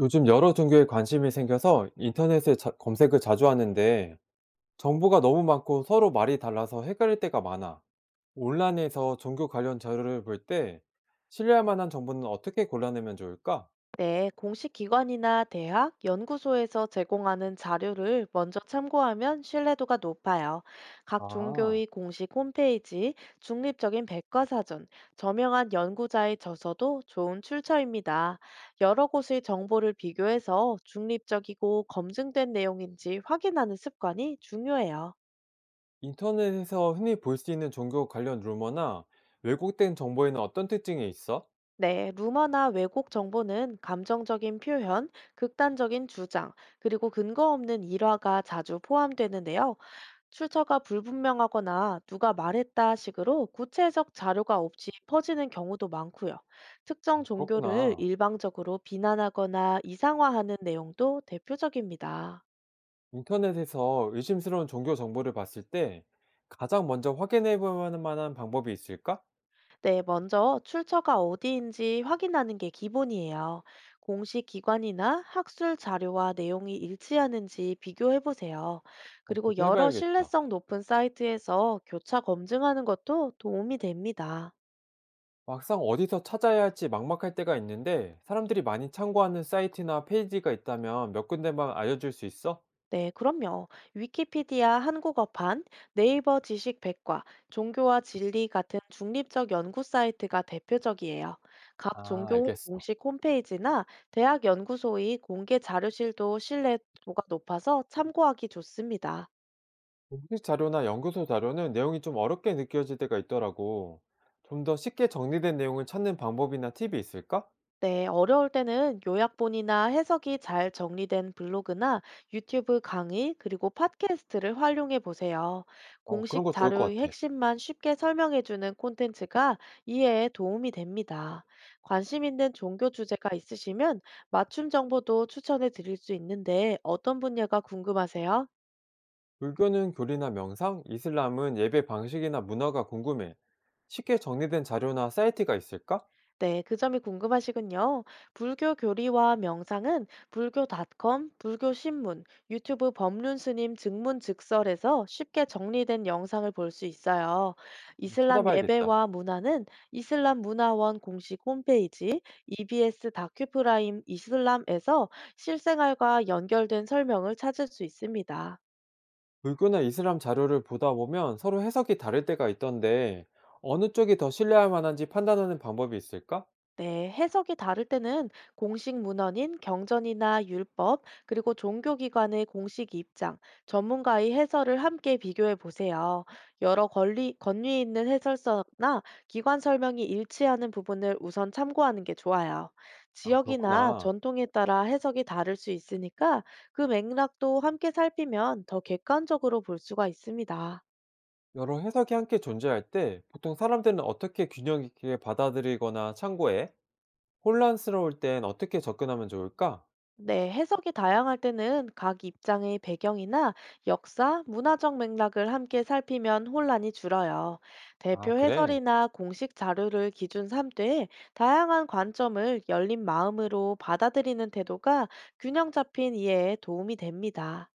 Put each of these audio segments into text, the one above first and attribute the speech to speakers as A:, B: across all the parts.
A: 요즘 여러 종교에 관심이 생겨서 인터넷에 검색을 자주 하는데 정보가 너무 많고 서로 말이 달라서 헷갈릴 때가 많아. 온라인에서 종교 관련 자료를 볼 때 신뢰할 만한 정보는 어떻게 골라내면 좋을까?
B: 네, 공식 기관이나 대학, 연구소에서 제공하는 자료를 먼저 참고하면 신뢰도가 높아요. 각
A: 아,
B: 종교의 공식 홈페이지, 중립적인 백과사전, 저명한 연구자의 저서도 좋은 출처입니다. 여러 곳의 정보를 비교해서 중립적이고 검증된 내용인지 확인하는 습관이 중요해요.
A: 인터넷에서 흔히 볼 수 있는 종교 관련 루머나 왜곡된 정보에는 어떤 특징이 있어?
B: 네, 루머나 왜곡 정보는 감정적인 표현, 극단적인 주장, 그리고 근거 없는 일화가 자주 포함되는데요. 출처가 불분명하거나 누가 말했다 식으로 구체적 자료가 없이 퍼지는 경우도 많고요. 특정
A: 아,
B: 종교를
A: 그렇구나.
B: 일방적으로 비난하거나 이상화하는 내용도 대표적입니다.
A: 인터넷에서 의심스러운 종교 정보를 봤을 때 가장 먼저 확인해 볼 만한 방법이 있을까?
B: 네, 먼저 출처가 어디인지 확인하는 게 기본이에요. 공식 기관이나 학술 자료와 내용이 일치하는지 비교해 보세요.
A: 어,
B: 그리고
A: 그렇게
B: 여러
A: 해봐야겠다.
B: 신뢰성 높은 사이트에서 교차 검증하는 것도 도움이 됩니다.
A: 막상 어디서 찾아야 할지 막막할 때가 있는데 사람들이 많이 참고하는 사이트나 페이지가 있다면 몇 군데만 알려줄 수 있어?
B: 네, 그럼요. 위키피디아 한국어판, 네이버 지식백과, 종교와 진리 같은 중립적 연구 사이트가 대표적이에요. 각
A: 아,
B: 종교
A: 알겠어.
B: 공식 홈페이지나 대학 연구소의 공개 자료실도 신뢰도가 높아서 참고하기 좋습니다.
A: 공식 자료나 연구소 자료는 내용이 좀 어렵게 느껴질 때가 있더라고. 좀 더 쉽게 정리된 내용을 찾는 방법이나 팁이 있을까?
B: 네, 어려울 때는 요약본이나 해석이 잘 정리된 블로그나 유튜브 강의, 그리고 팟캐스트를 활용해 보세요.
A: 어, 그런
B: 공식
A: 거 좋을 것
B: 자료의
A: 같아.
B: 핵심만 쉽게 설명해주는 콘텐츠가 이해에 도움이 됩니다. 관심 있는 종교 주제가 있으시면 맞춤 정보도 추천해 드릴 수 있는데 어떤 분야가 궁금하세요?
A: 불교는 교리나 명상, 이슬람은 예배 방식이나 문화가 궁금해. 쉽게 정리된 자료나 사이트가 있을까?
B: 네, 그 점이 궁금하시군요. 불교 교리와 명상은 불교닷컴, 불교신문, 유튜브 법륜스님 증문즉설에서 쉽게 정리된 영상을 볼 수 있어요. 이슬람
A: 찾아봐야겠다.
B: 예배와 문화는 이슬람 문화원 공식 홈페이지, EBS 다큐프라임 이슬람에서 실생활과 연결된 설명을 찾을 수 있습니다.
A: 불교나 이슬람 자료를 보다 보면 서로 해석이 다를 때가 있던데, 어느 쪽이 더 신뢰할 만한지 판단하는 방법이 있을까?
B: 네, 해석이 다를 때는 공식 문헌인 경전이나 율법, 그리고 종교기관의 공식 입장, 전문가의 해설을 함께 비교해 보세요. 여러 권리, 권위 있는 해설서나 기관 설명이 일치하는 부분을 우선 참고하는 게 좋아요.
A: 아,
B: 지역이나
A: 그렇구나.
B: 전통에 따라 해석이 다를 수 있으니까 그 맥락도 함께 살피면 더 객관적으로 볼 수가 있습니다.
A: 여러 해석이 함께 존재할 때 보통 사람들은 어떻게 균형 있게 받아들이거나 참고해? 혼란스러울 땐 어떻게 접근하면 좋을까?
B: 네, 해석이 다양할 때는 각 입장의 배경이나 역사, 문화적 맥락을 함께 살피면 혼란이 줄어요.
A: 아,
B: 대표
A: 그래.
B: 해설이나 공식 자료를 기준 삼되 다양한 관점을 열린 마음으로 받아들이는 태도가 균형 잡힌 이해에 도움이 됩니다.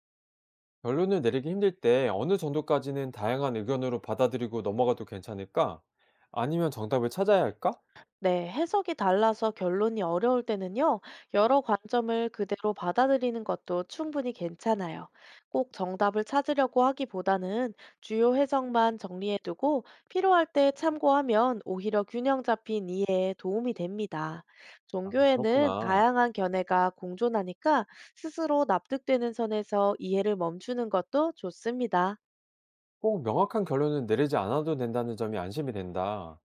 A: 결론을 내리기 힘들 때 어느 정도까지는 다양한 의견으로 받아들이고 넘어가도 괜찮을까? 아니면 정답을 찾아야 할까?
B: 네, 해석이 달라서 결론이 어려울 때는요, 여러 관점을 그대로 받아들이는 것도 충분히 괜찮아요. 꼭 정답을 찾으려고 하기보다는 주요 해석만 정리해두고 필요할 때 참고하면 오히려 균형 잡힌 이해에 도움이 됩니다.
A: 아,
B: 종교에는
A: 그렇구나.
B: 다양한 견해가 공존하니까 스스로 납득되는 선에서 이해를 멈추는 것도 좋습니다.
A: 꼭 명확한 결론을 내리지 않아도 된다는 점이 안심이 된다.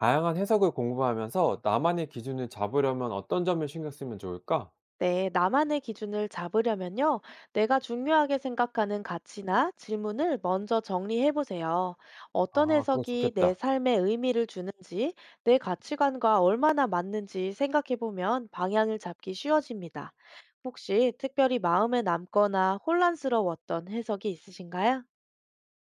A: 다양한 해석을 공부하면서 나만의 기준을 잡으려면 어떤 점을 신경 쓰면 좋을까?
B: 네, 나만의 기준을 잡으려면요, 내가 중요하게 생각하는 가치나 질문을 먼저 정리해 보세요. 어떤
A: 아, 그거
B: 해석이 내
A: 좋겠다.
B: 삶의 의미를 주는지, 내 가치관과 얼마나 맞는지 생각해 보면 방향을 잡기 쉬워집니다. 혹시 특별히 마음에 남거나 혼란스러웠던 해석이 있으신가요?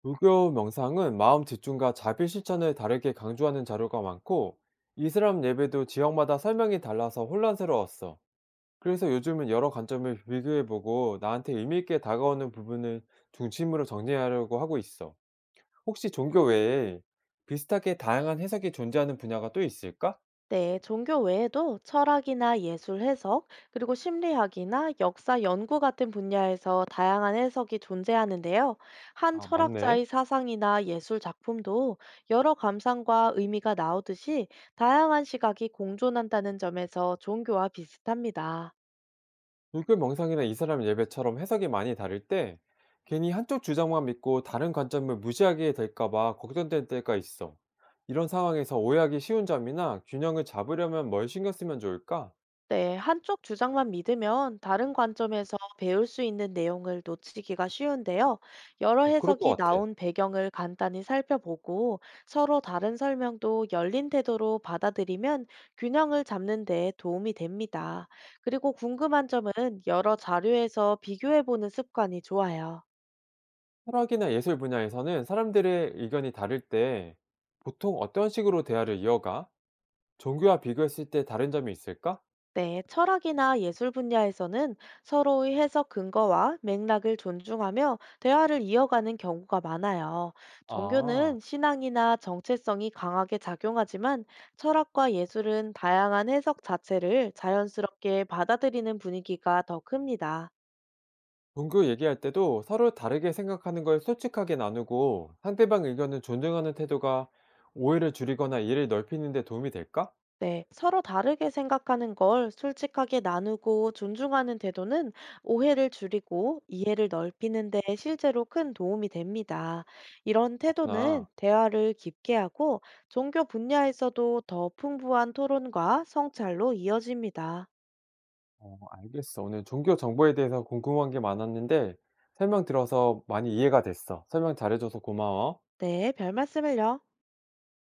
A: 불교 명상은 마음 집중과 자비 실천을 다르게 강조하는 자료가 많고, 이슬람 예배도 지역마다 설명이 달라서 혼란스러웠어. 그래서 요즘은 여러 관점을 비교해보고 나한테 의미있게 다가오는 부분을 중심으로 정리하려고 하고 있어. 혹시 종교 외에 비슷하게 다양한 해석이 존재하는 분야가 또 있을까?
B: 네, 종교 외에도 철학이나 예술 해석, 그리고 심리학이나 역사 연구 같은 분야에서 다양한 해석이 존재하는데요. 한
A: 아, 맞네.
B: 철학자의 사상이나 예술 작품도 여러 감상과 의미가 나오듯이 다양한 시각이 공존한다는 점에서 종교와 비슷합니다.
A: 불교 명상이나 이슬람 예배처럼 해석이 많이 다를 때 괜히 한쪽 주장만 믿고 다른 관점을 무시하게 될까 봐 걱정될 때가 있어. 이런 상황에서 오해하기 쉬운 점이나 균형을 잡으려면 뭘 신경 쓰면 좋을까?
B: 네, 한쪽 주장만 믿으면 다른 관점에서 배울 수 있는 내용을 놓치기가 쉬운데요. 여러
A: 어, 그럴 것
B: 해석이
A: 같아.
B: 나온 배경을 간단히 살펴보고 서로 다른 설명도 열린 태도로 받아들이면 균형을 잡는 데 도움이 됩니다. 그리고 궁금한 점은 여러 자료에서 비교해보는 습관이 좋아요.
A: 철학이나 예술 분야에서는 사람들의 의견이 다를 때 보통 어떤 식으로 대화를 이어가? 종교와 비교했을 때 다른 점이 있을까?
B: 네, 철학이나 예술 분야에서는 서로의 해석 근거와 맥락을 존중하며 대화를 이어가는 경우가 많아요.
A: 아.
B: 종교는 신앙이나 정체성이 강하게 작용하지만 철학과 예술은 다양한 해석 자체를 자연스럽게 받아들이는 분위기가 더 큽니다.
A: 종교 얘기할 때도 서로 다르게 생각하는 걸 솔직하게 나누고 상대방 의견을 존중하는 태도가 오해를 줄이거나 이해를 넓히는 데 도움이 될까?
B: 네, 서로 다르게 생각하는 걸 솔직하게 나누고 존중하는 태도는 오해를 줄이고 이해를 넓히는 데 실제로 큰 도움이 됩니다. 이런 태도는
A: 그렇구나.
B: 대화를 깊게 하고 종교 분야에서도 더 풍부한 토론과 성찰로 이어집니다.
A: 어, 알겠어. 오늘 종교 정보에 대해서 궁금한 게 많았는데 설명 들어서 많이 이해가 됐어. 설명 잘해줘서 고마워.
B: 네, 별 말씀을요.